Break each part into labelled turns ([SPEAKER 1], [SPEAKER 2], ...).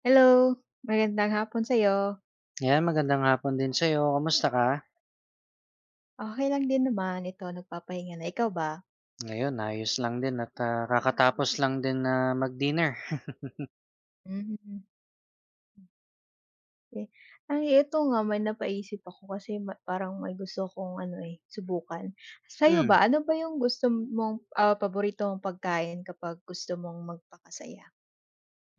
[SPEAKER 1] Hello, magandang hapon sa'yo.
[SPEAKER 2] Ayan, magandang hapon din sa'yo. Kamusta ka?
[SPEAKER 1] Okey lang din naman, ito nagpapahinga na. Ikaw ba?
[SPEAKER 2] Ngayon, ayos lang din at, kakatapos lang din na mag-dinner.
[SPEAKER 1] Hmm, okey. Ay, ito nga may napaisip ako kasi parang may gusto kong ano, eh, subukan. Sa'yo
[SPEAKER 2] Hmm.
[SPEAKER 1] ba, ano ba yung gusto mong, paborito mong pagkain kapag gusto mong magpakasaya?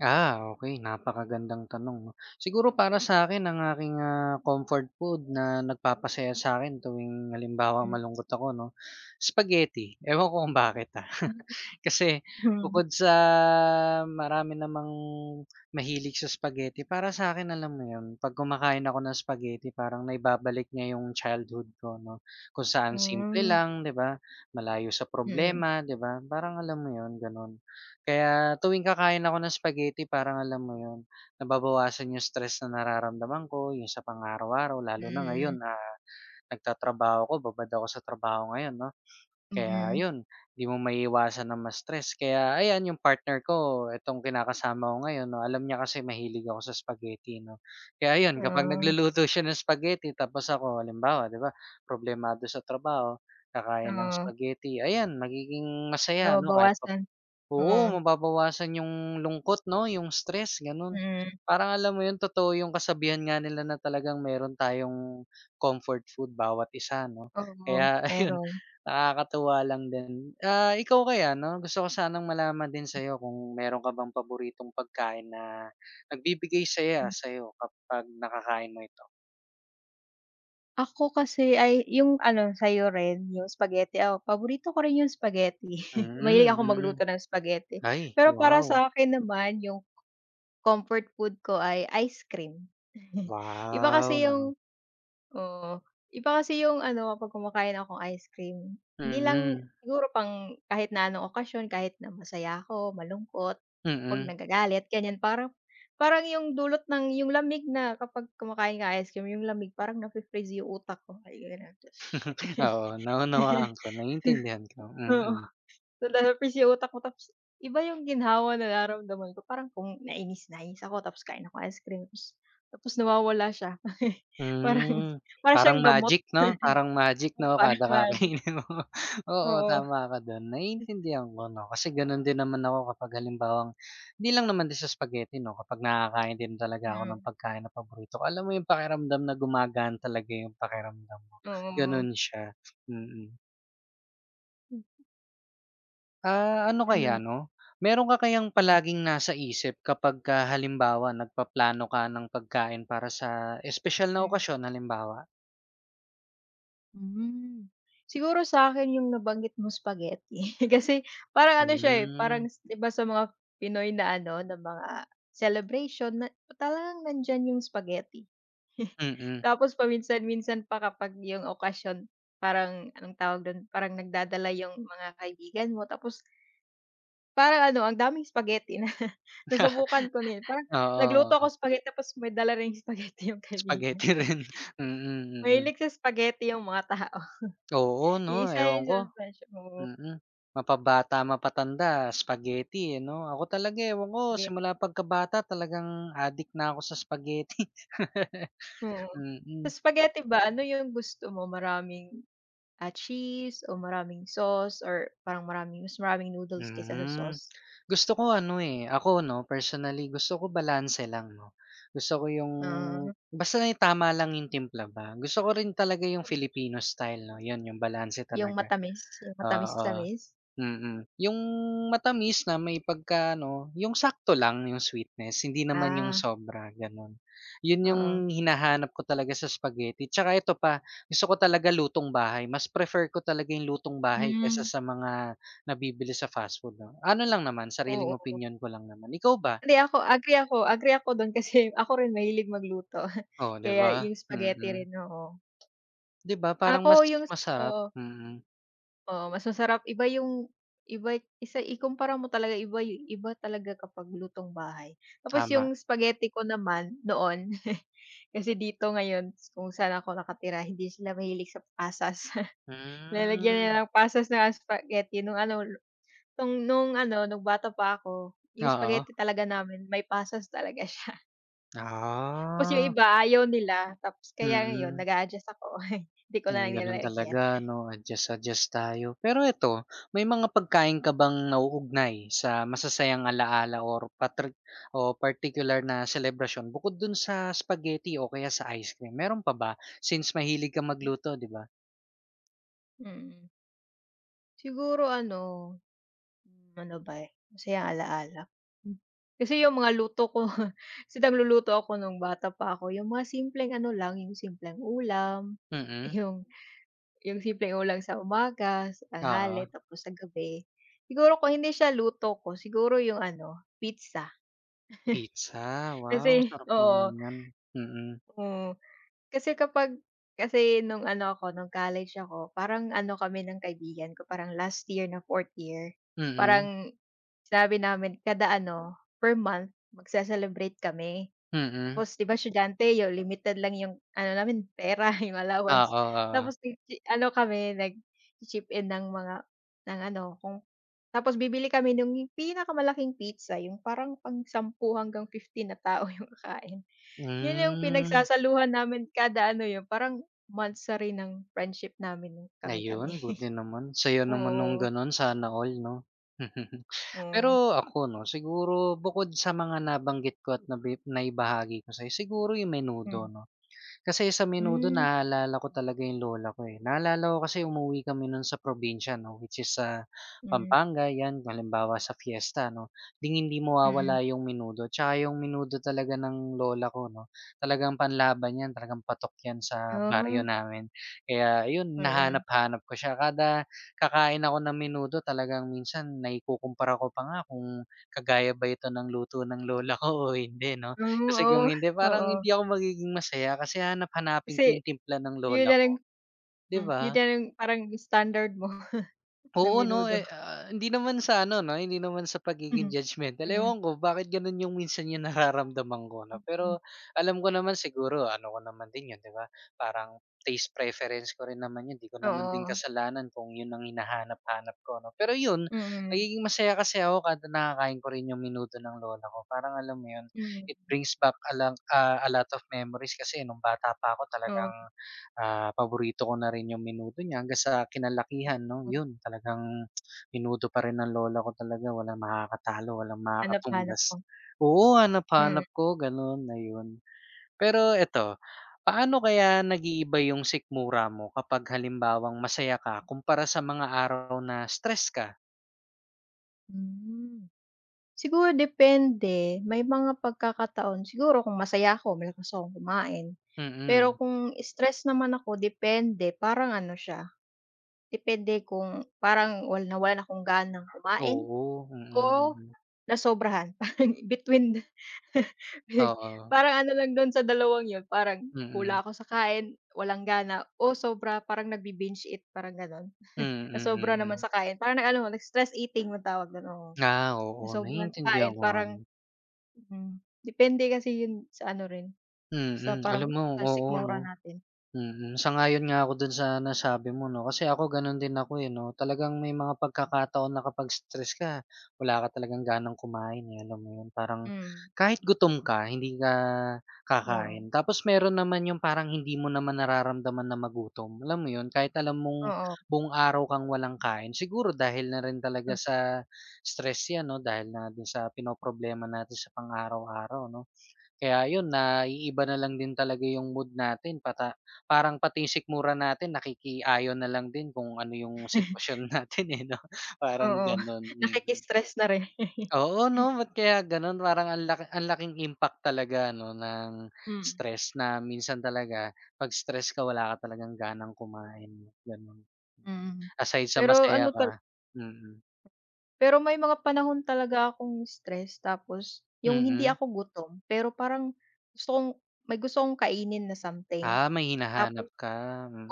[SPEAKER 2] Ah, okey. Napakagandang tanong 'no. Siguro para sa'kin ang aking, comfort food na nagpapasaya sa akin tuwing halimbawa
[SPEAKER 1] Hmm.
[SPEAKER 2] malungkot ako 'no, spaghetti. Ewan ko kung bakit, ah. Kasi
[SPEAKER 1] Mhm.
[SPEAKER 2] bukod sa marami namang mahilig sa spaghetti, para sa'kin alam mo 'yun, 'pag kumakain ako ng spaghetti parang naibabalik niya yung childhood ko 'no, kung saan simple
[SPEAKER 1] Hmm,
[SPEAKER 2] lang 'di ba, malayo sa
[SPEAKER 1] mm,
[SPEAKER 2] problema 'di ba, parang alam mo 'yun gano'n. Kaya tuwing kakain ako ng spaghetti parang alam mo 'yun, nababawasan yung stress na nararamdaman ko, yung sa pang-araw-araw lalo na ngayon,
[SPEAKER 1] mm,
[SPEAKER 2] nagtatrabaho ako, babad ako sa trabaho ngayon 'no. Kaya
[SPEAKER 1] mm,
[SPEAKER 2] yun, 'di mo maiiwasan na ma-stress kaya ayan yung partner ko, itong kinakasama ko ngayon 'no, alam niya kasi mahilig ako sa spaghetti 'no. Kaya ayun kapag
[SPEAKER 1] oo,
[SPEAKER 2] nagluluto siya ng spaghetti tapos ako halimbawa 'di ba, problemado sa trabaho, kakain ng
[SPEAKER 1] oo,
[SPEAKER 2] spaghetti, ayan magiging masaya 'no kahit.
[SPEAKER 1] nababawasan,
[SPEAKER 2] Oo,
[SPEAKER 1] oo,
[SPEAKER 2] mababawasan yung lungkot 'no, yung stress gano'n.
[SPEAKER 1] mm,
[SPEAKER 2] Parang alam mo yun, totoo yung kasabihan nga nila na talagang meron tayong comfort food bawat isa 'no.
[SPEAKER 1] oo,
[SPEAKER 2] Kaya ayun,
[SPEAKER 1] meron.
[SPEAKER 2] nakakatuwa lang din. Ah, ikaw kaya 'no, gusto ko sanang malaman din sa'yo kung meron ka bang paboritong pagkain na nagbibigay saya sa'yo kapag nakakain mo ito?
[SPEAKER 1] Ako kasi ay yung ano sa'yo rin, yung spaghetti, oo, paborito ko rin yung spaghetti. Mahilig
[SPEAKER 2] Mm,
[SPEAKER 1] ako
[SPEAKER 2] mm.
[SPEAKER 1] magluto ng spaghetti.
[SPEAKER 2] Ay,
[SPEAKER 1] Pero para
[SPEAKER 2] wow!
[SPEAKER 1] sa akin naman yung comfort food ko ay ice cream. Iba
[SPEAKER 2] Wow,
[SPEAKER 1] kasi
[SPEAKER 2] 'no.
[SPEAKER 1] yung Oo. Iba kasi yung ano, kapag kumakain akong ice cream, hindi lang
[SPEAKER 2] Mm,
[SPEAKER 1] siguro pang kahit na anong okasyon, kahit na masaya ako, malungkot, 'pag
[SPEAKER 2] mm.
[SPEAKER 1] nagagalit, ganyan. Parang parang yung dulot ng yung lamig na kapag kumakain ka ice cream, yung lamig parang nafi-freeze yung utak ko, ay gano'n. Tas
[SPEAKER 2] Oo, naunawaan ko, naiintindihan ko,
[SPEAKER 1] oo,
[SPEAKER 2] mm.
[SPEAKER 1] nafi-freeze yung utak ko tapos iba yung ginhawa na nararamdaman ko. Parang kung nainis-nainis ako tapos kain ako ice cream tapos tapos nawawala siya. Parang
[SPEAKER 2] Hmm,
[SPEAKER 1] para siyang gamot,
[SPEAKER 2] parang magic
[SPEAKER 1] oo,
[SPEAKER 2] 'no,
[SPEAKER 1] parang
[SPEAKER 2] kada
[SPEAKER 1] magic,
[SPEAKER 2] kakainin mo. Oo,
[SPEAKER 1] oo.
[SPEAKER 2] tama ka dun, naiintindihan ko 'no, kasi ganun din naman ako kapag halimbawang hindi lang naman din sa spaghetti 'no, kapag nakakain din talaga ako ng
[SPEAKER 1] Mm,
[SPEAKER 2] pagkain na paborito ko, alam mo yung pakiramdam na gumagaan talaga yung pakiramdam mo,
[SPEAKER 1] oo.
[SPEAKER 2] ganun siya, mm.
[SPEAKER 1] Hmm.
[SPEAKER 2] Ah, ano
[SPEAKER 1] Ano
[SPEAKER 2] kaya
[SPEAKER 1] na
[SPEAKER 2] 'no? Meron ka kayang
[SPEAKER 1] hmm,
[SPEAKER 2] palaging nasa isip kapagka halimbawa nagpaplano ka ng pagkain para sa espesyal na
[SPEAKER 1] hmm.
[SPEAKER 2] okasyon halimbawa?
[SPEAKER 1] Hmm. Siguro sa'kin yung nabanggit mong spaghetti kasi parang ano siya, eh,
[SPEAKER 2] Hmm,
[SPEAKER 1] parang 'di ba sa mga Pinoy na ano, na mga celebration na talagang nandiyan yung spaghetti.
[SPEAKER 2] mm.
[SPEAKER 1] Tapos paminsan-minsan pa kapag yung okasyon parang anong tawag dun, parang nagdadala yung mga kaibigan mo tapos parang ano, ang daming spaghetti na nasubukan ko na yun. Parang nagluto
[SPEAKER 2] Oo,
[SPEAKER 1] ako spaghetti tapos may dala ring spaghetti yung kaibigan
[SPEAKER 2] spaghetti
[SPEAKER 1] ko.
[SPEAKER 2] rin. Mm, mm. Mm.
[SPEAKER 1] Mahilig sa spaghetti yung mga tao.
[SPEAKER 2] Oo 'no,
[SPEAKER 1] Iisa
[SPEAKER 2] ewan
[SPEAKER 1] yan sa
[SPEAKER 2] ko,
[SPEAKER 1] presyo oo,
[SPEAKER 2] mm. Mapabata, mapatanda spaghetti, eh, 'no? Ako talaga ewan ko
[SPEAKER 1] spaghetti,
[SPEAKER 2] simula pagkabata talagang adik na ako sa spaghetti.
[SPEAKER 1] oo.
[SPEAKER 2] Mm. Mm.
[SPEAKER 1] Sa spaghetti ba ano yung gusto mo maraming, cheese o maraming sauce or parang mas maraming noodles kaysa sa
[SPEAKER 2] Hmm.
[SPEAKER 1] sauce?
[SPEAKER 2] Gusto ko ano, eh, ako 'no, personally gusto ko balanse lang 'no. Gusto ko yung
[SPEAKER 1] Ah,
[SPEAKER 2] basta yung tama lang yung timpla ba. Gusto ko rin talaga yung Filipino style 'no, yun yung balanse
[SPEAKER 1] yung
[SPEAKER 2] talaga,
[SPEAKER 1] matamis, yung
[SPEAKER 2] oo.
[SPEAKER 1] matamis-tamis?
[SPEAKER 2] Mm, yung matamis na may pagka-ano, yung sakto lang yung sweetness, hindi naman yung
[SPEAKER 1] Ah,
[SPEAKER 2] sobra gano'n. Yun yung
[SPEAKER 1] oo.
[SPEAKER 2] hinahanap ko talaga sa spaghetti, tsaka ito pa, gusto ko talaga lutong bahay, mas prefer ko talaga yung lutong bahay kaysa
[SPEAKER 1] Hmm,
[SPEAKER 2] sa mga nabibili sa fast food 'no. Ano lang naman, sariling
[SPEAKER 1] oo.
[SPEAKER 2] opinyon ko lang naman. Ikaw ba?
[SPEAKER 1] Hindi ako agree ako dun kasi ako rin mahilig magluto
[SPEAKER 2] Oh, 'di
[SPEAKER 1] kaya
[SPEAKER 2] ba?
[SPEAKER 1] yung spaghetti
[SPEAKER 2] Mm.
[SPEAKER 1] rin, oo.
[SPEAKER 2] 'Di ba parang
[SPEAKER 1] Ako
[SPEAKER 2] mas
[SPEAKER 1] yung
[SPEAKER 2] masarap?
[SPEAKER 1] Oo.
[SPEAKER 2] Mm,
[SPEAKER 1] Oo, mas masarap iba yung iba isa ikumpara mo talaga iba talaga kapag lutong bahay. Tapos
[SPEAKER 2] tama.
[SPEAKER 1] yung spaghetti ko naman noon, kasi dito ngayon kung saan ako nakatira hindi sila mahilig sa pasas. Nilalagyan
[SPEAKER 2] Hmm,
[SPEAKER 1] nila ng pasas na spaghetti nung ano, nung ano, nung bata pa ako, yung
[SPEAKER 2] oo.
[SPEAKER 1] spaghetti talaga namin may pasas talaga siya. Tapos yung
[SPEAKER 2] Ah,
[SPEAKER 1] iba ayaw nila tapos kaya ngayon
[SPEAKER 2] mm.
[SPEAKER 1] nag-a-adjust ako, hindi ko na
[SPEAKER 2] Hmm,
[SPEAKER 1] lang
[SPEAKER 2] gano'n
[SPEAKER 1] nilalagyan.
[SPEAKER 2] talaga 'no, adjust-adjust tayo. Pero eto, may mga pagkain ka bang nauugnay sa masasayang alaala or o particular na celebration, bukod dun sa spaghetti o kaya sa ice cream, meron pa ba? Since mahilig ka magluto, 'di ba?
[SPEAKER 1] Mm. Siguro ano, hmm, ano ba, eh, masayang alaala. Hmm, kasi yung mga luto ko kasi nagluluto ako nung bata pa ako, yung mga simpleng ano lang, yung simpleng ulam,
[SPEAKER 2] Mm,
[SPEAKER 1] yung yung simpleng ulam sa umaga, sa tanghali,
[SPEAKER 2] oo.
[SPEAKER 1] tapos sa gabi. Siguro kung hindi siya luto ko, siguro yung ano, pizza.
[SPEAKER 2] Pizza, wow,
[SPEAKER 1] Kasi
[SPEAKER 2] sarap naman
[SPEAKER 1] oo,
[SPEAKER 2] yan. Mm,
[SPEAKER 1] hmm, kasi kapag kasi nung ano ako, nung college ako, parang ano kami ng kaibigan ko, parang last year na fourth year,
[SPEAKER 2] mm,
[SPEAKER 1] parang sabi namin kada ano, per month magse-celebrate kami.
[SPEAKER 2] mm.
[SPEAKER 1] Tapos 'di ba estudyante yung limited lang yung ano namin pera, yung
[SPEAKER 2] Oo,
[SPEAKER 1] allowance. Tapos
[SPEAKER 2] oo.
[SPEAKER 1] nag ano kami nag-chi-chip in ng mga ng ano kung tapos bibili kami nung pinakamalaking pizza, yung parang pang 10 hanggang 15 na tao yung kakain. Yun yung
[SPEAKER 2] Hmm.
[SPEAKER 1] pinagsasaluhan namin kada ano yun, parang months rin ng friendship namin kami-kami.
[SPEAKER 2] Ayun, buti naman. Saya naman nung
[SPEAKER 1] Oo,
[SPEAKER 2] gano'n, sana all 'no.
[SPEAKER 1] oo.
[SPEAKER 2] Pero ako 'no, siguro bukod sa mga nabanggit ko at naibahagi ko sa'yo, siguro yung menudo
[SPEAKER 1] Hmm.
[SPEAKER 2] 'no. Kasi sa menudo
[SPEAKER 1] Hmm,
[SPEAKER 2] naalala ko talaga yung lola ko, eh. Naalala ko kasi umuwi kami nun sa probinsya 'no, which is sa
[SPEAKER 1] mm,
[SPEAKER 2] Pampanga 'yan, halimbawa sa fiesta 'no, ding hindi
[SPEAKER 1] mm.
[SPEAKER 2] mawawala yung menudo, tsaka yung menudo talaga ng lola ko 'no, talagang panlaban 'yan, talagang patok 'yan sa baryo
[SPEAKER 1] Oh.
[SPEAKER 2] namin. Kaya yun nahanap
[SPEAKER 1] Mm.
[SPEAKER 2] hanap ko siya, kada kakain ako ng menudo talagang minsan naikukumpara ko pa nga kung kagaya ba ito ng luto ng lola ko o hindi 'no.
[SPEAKER 1] Hmm,
[SPEAKER 2] Kasi kung
[SPEAKER 1] oo,
[SPEAKER 2] hindi parang
[SPEAKER 1] oo.
[SPEAKER 2] hindi ako magiging masaya kasi hahanap-hanapin ko
[SPEAKER 1] Kasi
[SPEAKER 2] yung timpla ng
[SPEAKER 1] yun
[SPEAKER 2] lola
[SPEAKER 1] na lang
[SPEAKER 2] ko, 'di
[SPEAKER 1] Hmm, yun
[SPEAKER 2] ba?
[SPEAKER 1] na lang parang standard mo ng
[SPEAKER 2] Oo 'no,
[SPEAKER 1] menudo.
[SPEAKER 2] eh, ah, hindi naman sa ano 'no, hindi naman sa pagiging
[SPEAKER 1] Mhm,
[SPEAKER 2] judgmental.
[SPEAKER 1] mm,
[SPEAKER 2] Ewan ko bakit gano'n yung minsan yung nararamdaman ko 'no,
[SPEAKER 1] mm.
[SPEAKER 2] pero alam ko naman siguro ano ko naman din 'yun 'di ba, parang taste preference ko rin naman 'yun, 'di ko naman din
[SPEAKER 1] Oo,
[SPEAKER 2] kasalanan kung 'yun ang hinahanap-hanap ko 'no. Pero 'yun,
[SPEAKER 1] mm,
[SPEAKER 2] nagiging masaya kasi ako kada nakakain ko rin yung minuto ng lola ko. Parang alam mo 'yun,
[SPEAKER 1] mm.
[SPEAKER 2] it brings back a lot of memories kasi nung bata pa ako
[SPEAKER 1] Oo,
[SPEAKER 2] talagang. Ah, paborito ko na rin yung menudo niya hanggang sa kinalakihan 'no, yun talagang menudo pa rin ng lola ko talaga walang makakatalo, walang
[SPEAKER 1] hanap-hanap
[SPEAKER 2] makakatumbas.
[SPEAKER 1] ko
[SPEAKER 2] Oo,
[SPEAKER 1] mm.
[SPEAKER 2] hanap-hanap ko gano'n, ayun. Pero eto, paano kaya nag-iiba yung sikmura mo kapag halimbawang masaya ka kumpara sa mga araw na stress ka?
[SPEAKER 1] Hmm. Siguro depende, may mga pagkakataon siguro kung masaya ako malakas akong kumain. Pero
[SPEAKER 2] Mm.
[SPEAKER 1] kung stress naman ako depende, parang ano siya, depende kung parang nawalan akong ganang kumain.
[SPEAKER 2] Oo, mm,
[SPEAKER 1] Oo,
[SPEAKER 2] mm.
[SPEAKER 1] nasobrahan parang between the
[SPEAKER 2] Oo,
[SPEAKER 1] parang ano lang dun sa dalawang yun parang
[SPEAKER 2] mm.
[SPEAKER 1] hula ako sa kain, walang gana o sobra parang nagbi-binge eat parang ganon.
[SPEAKER 2] Mm,
[SPEAKER 1] Nasobra naman
[SPEAKER 2] mm.
[SPEAKER 1] sa kain parang nag ano nag-stress eating matawag tawag dun, oo.
[SPEAKER 2] Ah, oo
[SPEAKER 1] Nasobrahan sa
[SPEAKER 2] naiintindihan
[SPEAKER 1] kain
[SPEAKER 2] ko nga
[SPEAKER 1] parang
[SPEAKER 2] 'no.
[SPEAKER 1] mm, depende kasi yun sa ano rin, sa
[SPEAKER 2] Mm, alam
[SPEAKER 1] parang
[SPEAKER 2] mo oo 'no.
[SPEAKER 1] sikmura natin.
[SPEAKER 2] Mm, sang-ayon nga ako dun sa nasabi mo 'no, kasi ako gano'n din ako, eh, 'no. Talagang may mga pagkakataon na kapag stress ka, wala ka talagang ganang kumain, eh, alam mo yun. Parang
[SPEAKER 1] Mm,
[SPEAKER 2] kahit gutom ka, hindi ka
[SPEAKER 1] oo,
[SPEAKER 2] kakain. Tapos meron naman yung parang hindi mo naman nararamdaman na magutom, alam mo yun, kahit alam mong
[SPEAKER 1] oo,
[SPEAKER 2] buong araw kang walang kain. Siguro dahil na rin talaga sa stress 'yan 'no, dahil na din sa pinoproblema natin sa pang-araw-araw 'no. Kaya yun, naiiba na lang din talaga yung mood natin pata parang pati yung sikmura natin nakikiayon na lang din kung ano yung sitwasyon natin, eh, 'no? Parang
[SPEAKER 1] oo,
[SPEAKER 2] gano'n,
[SPEAKER 1] nakiki
[SPEAKER 2] mm.
[SPEAKER 1] na rin.
[SPEAKER 2] Oo, 'no, ba't kaya gano'n? Parang ang laki ang laking impact talaga ano ng
[SPEAKER 1] Mm,
[SPEAKER 2] stress na minsan talaga 'pag stress ka wala ka talagang ganang kumain, gano'n.
[SPEAKER 1] mm.
[SPEAKER 2] Aside sa
[SPEAKER 1] Pero
[SPEAKER 2] masaya
[SPEAKER 1] ano
[SPEAKER 2] ka,
[SPEAKER 1] tal
[SPEAKER 2] mm.
[SPEAKER 1] Pero may mga panahon talaga akong stress tapos yung hindi
[SPEAKER 2] Mm.
[SPEAKER 1] ako gutom, pero parang gusto kong may gusto akong kainin na something.
[SPEAKER 2] Ah, may hinahanap
[SPEAKER 1] Tapos
[SPEAKER 2] ka,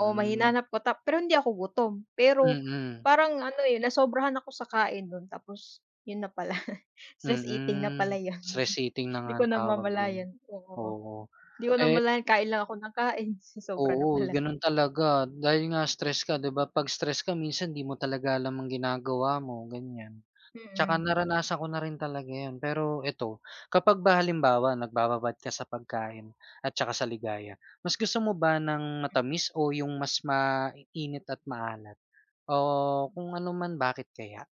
[SPEAKER 1] oo, mahinanap ko pero hindi ako gutom. Pero
[SPEAKER 2] Mm.
[SPEAKER 1] parang ano, eh, nasobrahan ako sa kain nun tapos yun na pala, stress eating na pala
[SPEAKER 2] Mm,
[SPEAKER 1] yun.
[SPEAKER 2] stress eating na nga
[SPEAKER 1] Di ko
[SPEAKER 2] ang tawag dun,
[SPEAKER 1] namamalayan, oo.
[SPEAKER 2] oo.
[SPEAKER 1] Di ko
[SPEAKER 2] Eh,
[SPEAKER 1] namalayan kain lang ako ng kain, sobra na
[SPEAKER 2] oo,
[SPEAKER 1] pala,
[SPEAKER 2] ganun talaga dahil nga stress ka 'di ba, 'pag stress ka minsan 'di mo talaga alam ang ginagawa mo ganyan.
[SPEAKER 1] mm.
[SPEAKER 2] Tsaka
[SPEAKER 1] Mm.
[SPEAKER 2] naranasan ko na rin talaga yan pero eto, kapag ba halimbawa nagbababad ka sa pagkain at tsaka sa ligaya, mas gusto mo ba ng matamis o yung mas mainit at maalat? O kung ano man bakit kaya?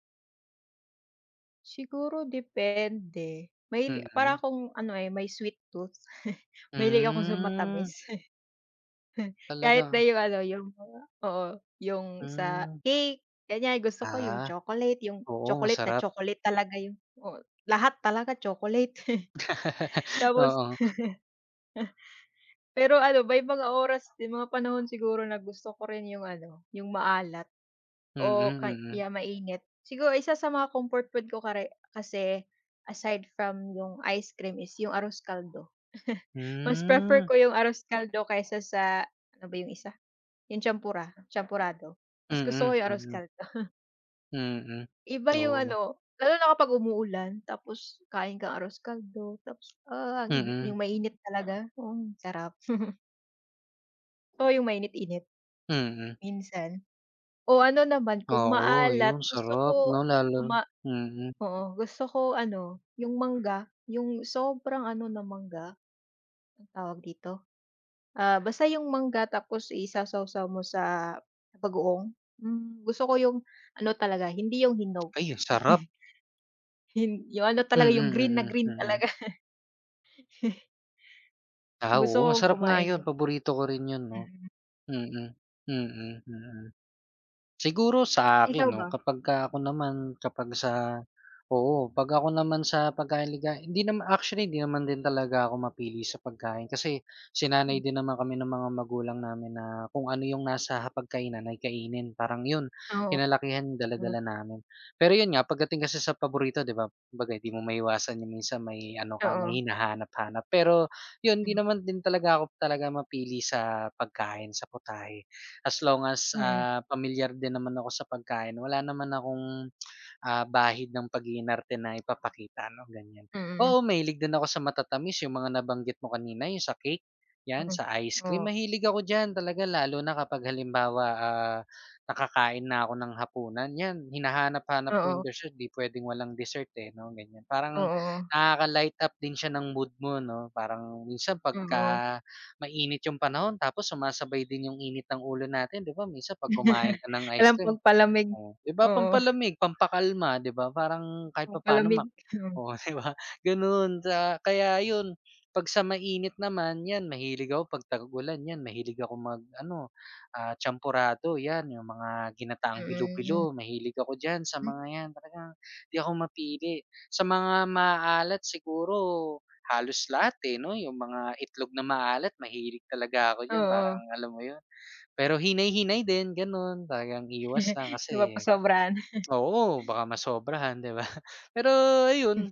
[SPEAKER 1] Siguro depende. May para
[SPEAKER 2] Mm.
[SPEAKER 1] akong ano, eh, May sweet tooth. Mahilig ako sa
[SPEAKER 2] Hmm,
[SPEAKER 1] matamis. Kahit na
[SPEAKER 2] talaga,
[SPEAKER 1] yung ano, yung mga oo, yung sa
[SPEAKER 2] hmm,
[SPEAKER 1] cake, ganyan. Gusto ko
[SPEAKER 2] ah.
[SPEAKER 1] yung
[SPEAKER 2] Oo,
[SPEAKER 1] chocolate na
[SPEAKER 2] masarap.
[SPEAKER 1] chocolate talaga oo, lahat talaga chocolate. Tapos
[SPEAKER 2] Oo,
[SPEAKER 1] pero ano, may mga oras din, mga panahon siguro na gusto ko rin yung ano, yung maalat o
[SPEAKER 2] mm, mm.
[SPEAKER 1] kaya mainit. Siguro isa sa mga comfort food ko kare kasi aside from yung ice cream is yung arroz caldo. Mas prefer
[SPEAKER 2] Hmm,
[SPEAKER 1] ko yung arroz caldo kaysa sa ano ba yung isa? Yung champurado. Mas gusto ko
[SPEAKER 2] mm,
[SPEAKER 1] yung arroz
[SPEAKER 2] mm,
[SPEAKER 1] caldo.
[SPEAKER 2] mm.
[SPEAKER 1] Iba yung
[SPEAKER 2] Oo,
[SPEAKER 1] ano, lalo na kapag umuulan tapos kain kang arroz caldo tapos, yung
[SPEAKER 2] mm,
[SPEAKER 1] mainit talaga, mm, sarap. Oo, yung mainit-init.
[SPEAKER 2] mm.
[SPEAKER 1] Minsan. O ano naman kung
[SPEAKER 2] Oo,
[SPEAKER 1] maalat
[SPEAKER 2] yun
[SPEAKER 1] gusto ko
[SPEAKER 2] sarap 'no, lalo
[SPEAKER 1] uma
[SPEAKER 2] mm.
[SPEAKER 1] oo, gusto ko ano, yung mangga, yung sobrang ano ng mangga, anong tawag dito, basta yung mangga tapos isasawsaw mo sa bagoong. Hmm, gusto ko yung ano talaga, hindi yung hinog,
[SPEAKER 2] Ay, ang sarap.
[SPEAKER 1] yung ano
[SPEAKER 2] Mm,
[SPEAKER 1] talaga, yung green na
[SPEAKER 2] mm, mm,
[SPEAKER 1] green
[SPEAKER 2] mm.
[SPEAKER 1] talaga.
[SPEAKER 2] Ah,
[SPEAKER 1] Gusto
[SPEAKER 2] oo,
[SPEAKER 1] kong
[SPEAKER 2] masarap nga
[SPEAKER 1] kumain
[SPEAKER 2] yun,
[SPEAKER 1] nun,
[SPEAKER 2] paborito ko rin yun 'no.
[SPEAKER 1] mm.
[SPEAKER 2] Mm, mm, mm, mm. Siguro sa akin
[SPEAKER 1] Ikaw ba?
[SPEAKER 2] 'no, kapagka ako naman kapag sa oo, 'pag ako naman sa pagkain liga hindi naman actually hindi naman din talaga ako mapili sa pagkain kasi
[SPEAKER 1] Hmm,
[SPEAKER 2] sinanay din naman kami ng mga magulang namin na kung ano yung nasa hapagkainan ay kainin, parang yun
[SPEAKER 1] oo,
[SPEAKER 2] kinalakihan
[SPEAKER 1] hmm,
[SPEAKER 2] dala-dala namin. Pero yun nga pagdating kasi sa paborito 'di ba, kumbaga hindi mo maiwasan yung minsan may ano ka,
[SPEAKER 1] oo,
[SPEAKER 2] may hinahanap-hanap. Pero yun, hindi
[SPEAKER 1] hmm,
[SPEAKER 2] naman din talaga ako talaga mapili sa pagkain, sa putahe as long as,
[SPEAKER 1] mm,
[SPEAKER 2] pamilyar din naman ako sa pagkain wala naman akong, bahid ng pag-iinarte na ipapakita ano, ganyan.
[SPEAKER 1] mm,
[SPEAKER 2] Oo, mahilig din ako sa matatamis yung mga nabanggit mo kanina, yung sa cake, 'yan,
[SPEAKER 1] mm,
[SPEAKER 2] sa ice cream,
[SPEAKER 1] mm.
[SPEAKER 2] mahilig ako diyan talaga lalo na kapag halimbawa, nakakain na ako ng hapunan, 'yan, hinahanap-hanap ko yung
[SPEAKER 1] Oo,
[SPEAKER 2] dessert, 'di puwedeng walang dessert, eh, 'no, ganyan.
[SPEAKER 1] oo,
[SPEAKER 2] Parang
[SPEAKER 1] oo,
[SPEAKER 2] nakaka-light up din siya ng mood mo 'no, parang minsan
[SPEAKER 1] oo.
[SPEAKER 2] pagka mainit yung panahon tapos sumasabay din yung init ng ulo natin, 'di ba, minsan 'pag kumain ka ng ice
[SPEAKER 1] Walang
[SPEAKER 2] cream.
[SPEAKER 1] pampalamig.
[SPEAKER 2] Oh, 'di ba
[SPEAKER 1] Oo,
[SPEAKER 2] pampalamig, pampakalma, 'di ba? Parang kahit papaano
[SPEAKER 1] pampalamig.
[SPEAKER 2] mak
[SPEAKER 1] Hmm,
[SPEAKER 2] oo, 'di ba? Gano'n sa kaya 'yun, 'pag sa mainit naman 'yan mahilig ako 'pag tag-ulan 'yan mahilig ako mag-ano, champorado 'yan, yung mga ginataang
[SPEAKER 1] mm.
[SPEAKER 2] bilo-bilo mahilig ako diyan sa
[SPEAKER 1] Hmm,
[SPEAKER 2] mga 'yan, talagang 'di ako mapili. Sa mga maaalat siguro halos lahat, eh, 'no? Yung mga itlog na maalat mahilig talaga ako diyan, parang
[SPEAKER 1] oo.
[SPEAKER 2] alam mo 'yun? Pero hinay-hinay din gano'n, talagang iwas lang kasi.
[SPEAKER 1] Napapasobrahan.
[SPEAKER 2] Oo, baka masobrahan, 'di ba? Pero ayun,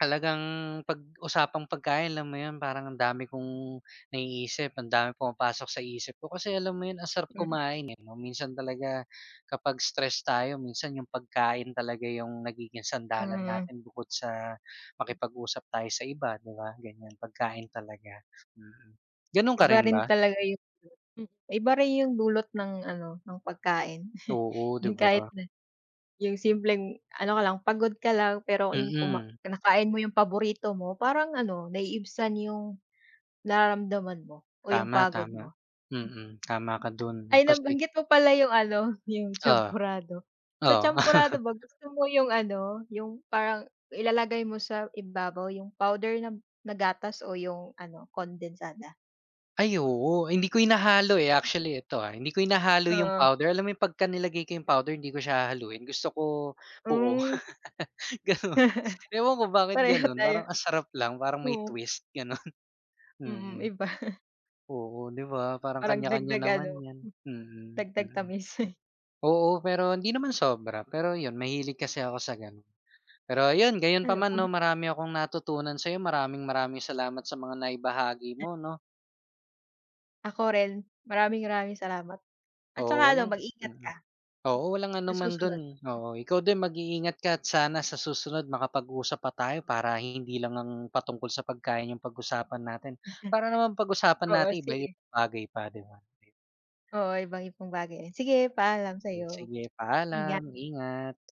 [SPEAKER 2] talagang 'pag usapang pagkain alam mo 'yun, parang ang dami kong naiisip, ang dami pumapasok sa isip ko kasi alam mo 'yun, ang sarap
[SPEAKER 1] Mm,
[SPEAKER 2] kumain, eh, 'no? Minsan talaga kapag stress tayo, minsan yung pagkain talaga yung nagiging sandalan
[SPEAKER 1] mm.
[SPEAKER 2] natin bukod sa makipag-usap tayo sa iba, 'di ba, ganyan pagkain talaga, mm. Gano'n ka
[SPEAKER 1] Iba
[SPEAKER 2] rin
[SPEAKER 1] rin
[SPEAKER 2] ba?
[SPEAKER 1] talaga yung Iba rin yung dulot ng ano, ng pagkain.
[SPEAKER 2] Oo, 'di
[SPEAKER 1] Yung
[SPEAKER 2] ba?
[SPEAKER 1] kahit na yung simpleng ano ka lang, pagod ka lang pero yung
[SPEAKER 2] Mm,
[SPEAKER 1] nakain mo yung paborito mo, parang ano, naiibsan yung nararamdaman mo o yung
[SPEAKER 2] tama,
[SPEAKER 1] pagod
[SPEAKER 2] tama.
[SPEAKER 1] mo.
[SPEAKER 2] Mm, tama ka dun
[SPEAKER 1] Ay,
[SPEAKER 2] kasi
[SPEAKER 1] nabanggit mo pala yung ano, yung
[SPEAKER 2] oo.
[SPEAKER 1] champorado. Sa
[SPEAKER 2] Oo.
[SPEAKER 1] champorado ba gusto mo yung ano, yung parang ilalagay mo sa ibabaw yung powder na na gatas o yung ano, kondensada?
[SPEAKER 2] Ay, oo. Hindi ko hinahalo, eh, actually ito, ah, hindi ko hinahalo yung
[SPEAKER 1] Oo,
[SPEAKER 2] powder. Alam mo yung pagka nilagay ko yung powder hindi ko siya hahaluin, gusto ko buo,
[SPEAKER 1] hmm.
[SPEAKER 2] gano'n. Ewan ko bakit
[SPEAKER 1] Pareho
[SPEAKER 2] gano'n,
[SPEAKER 1] tayo,
[SPEAKER 2] parang ang sarap lang, parang may
[SPEAKER 1] oo,
[SPEAKER 2] twist, gano'n.
[SPEAKER 1] mm,
[SPEAKER 2] Mm.
[SPEAKER 1] iba.
[SPEAKER 2] Oo, 'di ba? Parang
[SPEAKER 1] Parang
[SPEAKER 2] kanya-kanya
[SPEAKER 1] dagdag
[SPEAKER 2] naman
[SPEAKER 1] ano,
[SPEAKER 2] 'yan. Mm,
[SPEAKER 1] dagdag
[SPEAKER 2] mm.
[SPEAKER 1] tamis.
[SPEAKER 2] Oo, pero hindi naman sobra. Pero 'yun, mahilig kasi ako sa gano'n. Pero ayun, gayon pa
[SPEAKER 1] Ano,
[SPEAKER 2] man 'no, marami akong natutunan sa'yo. Maraming maraming salamat sa mga naibahagi mo 'no.
[SPEAKER 1] ako rin, maraming-maraming salamat at
[SPEAKER 2] Oo,
[SPEAKER 1] saka ano,
[SPEAKER 2] walang
[SPEAKER 1] mag-ingat
[SPEAKER 2] mm.
[SPEAKER 1] ka
[SPEAKER 2] Oo, walang
[SPEAKER 1] sa
[SPEAKER 2] anuman
[SPEAKER 1] susunod.
[SPEAKER 2] dun, oo. Ikaw din mag-iingat ka at sana sa susunod makapag-usap pa tayo para hindi lang ang patungkol sa pagkain yung pag-usapan natin. Para naman pag-usapan
[SPEAKER 1] Oo,
[SPEAKER 2] natin iba yung
[SPEAKER 1] sige.
[SPEAKER 2] bagay pa, 'di ba?
[SPEAKER 1] Oo, ibang-ibang bagay. Sige, paalam
[SPEAKER 2] Okay,
[SPEAKER 1] sa'yo.
[SPEAKER 2] sige, paalam,
[SPEAKER 1] Ingat.
[SPEAKER 2] ingat.